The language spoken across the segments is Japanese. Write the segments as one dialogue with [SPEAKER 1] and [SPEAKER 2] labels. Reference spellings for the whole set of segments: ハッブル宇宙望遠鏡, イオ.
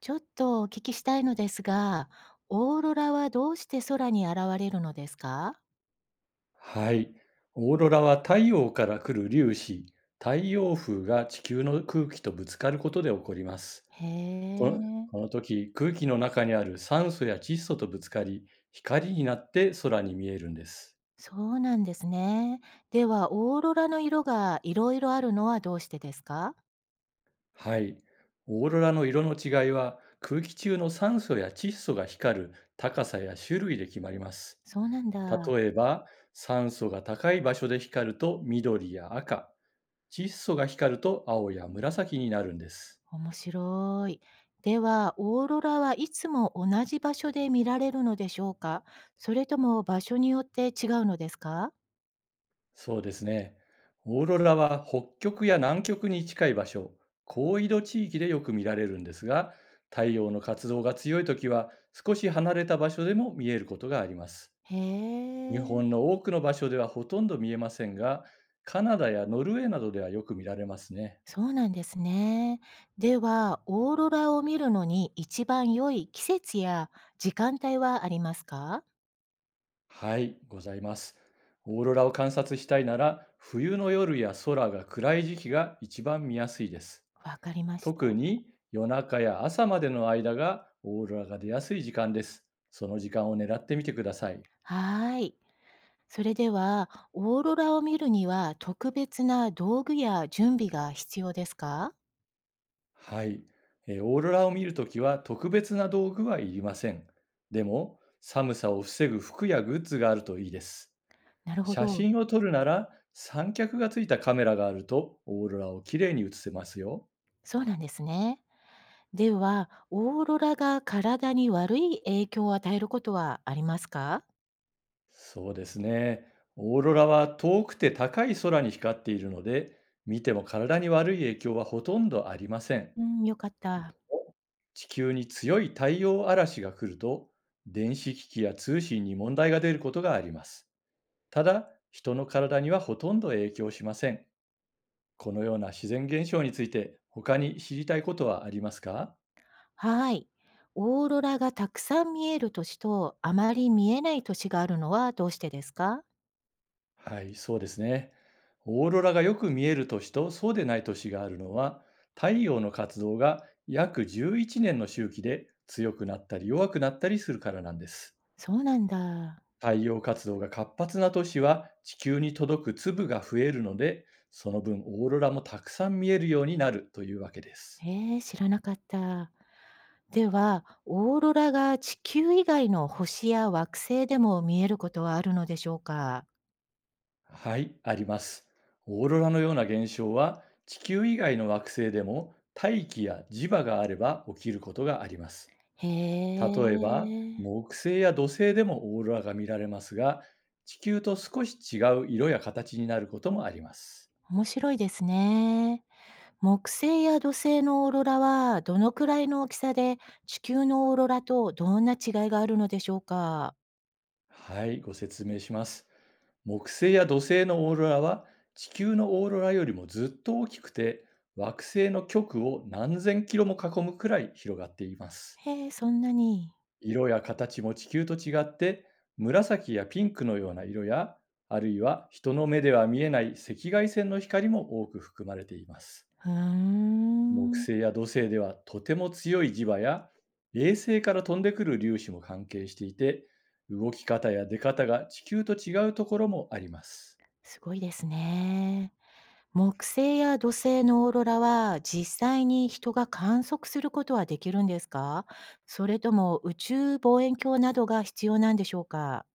[SPEAKER 1] ちょっとお聞きしたいのですが、オーロラはどうして空に現れるのですか？
[SPEAKER 2] はい。オーロラは太陽から来る粒子、太陽風が地球の空気とぶつかることで起こります。
[SPEAKER 1] へ
[SPEAKER 2] この
[SPEAKER 1] え、
[SPEAKER 2] この時、空気の中にある酸素や窒素とぶつかり、光になって空に見えるんです。
[SPEAKER 1] そうなんですね。では、オーロラの色がいろいろあるのはどうしてですか？
[SPEAKER 2] はい。オーロラの色の違いは、空気中の酸素や窒素が光る高さや種類で決まります。
[SPEAKER 1] そうなんだ。
[SPEAKER 2] 例えば、酸素が高い場所で光ると緑や赤、窒素が光ると青や紫になるんです。
[SPEAKER 1] 面白い。では、オーロラはいつも同じ場所で見られるのでしょうか？それとも場所によって違うのですか？
[SPEAKER 2] そうですね。オーロラは北極や南極に近い場所、高緯度地域でよく見られるんですが、太陽の活動が強い時は少し離れた場所でも見えることがあります。
[SPEAKER 1] へ
[SPEAKER 2] 日
[SPEAKER 1] え。
[SPEAKER 2] 本の多くの場所ではほとんど見えませんが、カナダやノルウェーなどではよく見られますね。
[SPEAKER 1] そうなんですね。では、オーロラを見るのに一番良い季節や時間帯はありますか？
[SPEAKER 2] はい、ございます。オーロラを観察したいなら、冬の夜や空が暗い時期が一番見やすいです。
[SPEAKER 1] わかりました。
[SPEAKER 2] 特に夜中や朝までの間がオーロラが出やすい時間です。その時間を狙ってみてください。
[SPEAKER 1] はーい。それでは、オーロラを見るには特別な道具や準備が必要ですか？
[SPEAKER 2] はい。オーロラを見るときは特別な道具はいりません。でも、寒さを防ぐ服やグッズがあるといいです。
[SPEAKER 1] なるほ
[SPEAKER 2] 写
[SPEAKER 1] ど。
[SPEAKER 2] 真を撮るなら三脚がついたカメラがあるとオーロラをきれいに写せますよ。
[SPEAKER 1] そうなんですね。では、オーロラが体に悪い影響を与えることはありますか？
[SPEAKER 2] そうですね。オーロラは遠くて高い空に光っているので、見ても体に悪い影響はほとんどありません。
[SPEAKER 1] うん、よかった。
[SPEAKER 2] 地球に強い太陽嵐が来ると、電子機器や通信に問題が出ることがあります。ただ、人の体にはほとんど影響しません。このような自然現象について、他に知りたいことはありますか？
[SPEAKER 1] はい。オーロラがたくさん見える年と、あまり見えない年があるのはどうしてですか？
[SPEAKER 2] はい、そうですね。オーロラがよく見える年とそうでない年があるのは、太陽の活動が約11年の周期で強くなったり弱くなったりするからなんです。
[SPEAKER 1] そうなんだ。
[SPEAKER 2] 太陽活動が活発な年は地球に届く粒が増えるので、その分オーロラもたくさん見えるようになるというわけです。
[SPEAKER 1] 知らなかった。では、オーロラが地球以外の星や惑星でも見えることはあるのでしょうか？
[SPEAKER 2] はい、あります。オーロラのような現象は地球以外の惑星でも大気や磁場があれば起きることがあります。
[SPEAKER 1] へ
[SPEAKER 2] 例えば
[SPEAKER 1] え、
[SPEAKER 2] 木星や土星でもオーロラが見られますが、地球と少し違う色や形になることもあります。
[SPEAKER 1] 面白いですね。木星や土星のオーロラは、どのくらいの大きさで、地球のオーロラとどんな違いがあるのでしょうか？
[SPEAKER 2] はい、ご説明します。木星や土星のオーロラは地球のオーロラよりもずっと大きくて、惑星の極を何千キロも囲むくらい広がっています。
[SPEAKER 1] へえ、そんなに。
[SPEAKER 2] 色や形も地球と違って、紫やピンクのような色や、あるいは人の目では見えない赤外線の光も多く含まれています。
[SPEAKER 1] うー
[SPEAKER 2] 木
[SPEAKER 1] ん、
[SPEAKER 2] 星や土星ではとても強い磁場や衛星から飛んでくる粒子も関係していて、動き方や出方が地球と違うところもあります。
[SPEAKER 1] すごいですね。木星や土星のオーロラは実際に人が観測することはできるんですか？それとも宇宙望遠鏡などが必要なんでしょうか？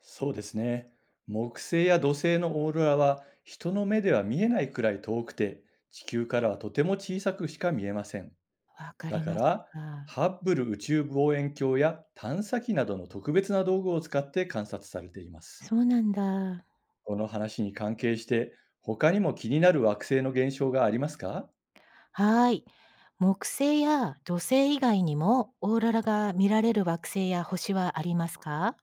[SPEAKER 2] そうですね。木星や土星のオーロラは人の目では見えないくらい遠くて、地球からはとても小さくしか見えません。
[SPEAKER 1] わか
[SPEAKER 2] だ
[SPEAKER 1] り
[SPEAKER 2] か
[SPEAKER 1] まし
[SPEAKER 2] ら、
[SPEAKER 1] た。
[SPEAKER 2] ハッブル宇宙望遠鏡や探査機などの特別な道具を使って観察されています。
[SPEAKER 1] そうなんだ。
[SPEAKER 2] この話に関係して、他にも気になる惑星の現象がありますか？
[SPEAKER 1] はい。木星や土星以外にもオーロラが見られる惑星や星はありますか？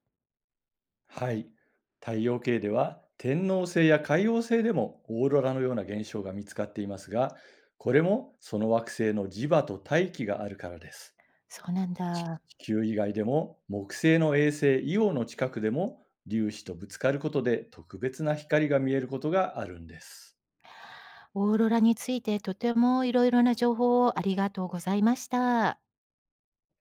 [SPEAKER 2] はい。太陽系では天王星や海王星でもオーロラのような現象が見つかっていますが、これもその惑星の磁場と大気があるからです。
[SPEAKER 1] そうなん
[SPEAKER 2] 地
[SPEAKER 1] だ。
[SPEAKER 2] 地球以外でも、木星の衛星イオの近くでも粒子とぶつかることで特別な光が見えることがあるんです。
[SPEAKER 1] オーロラについてとてもいろいろな情報をありがとうございました。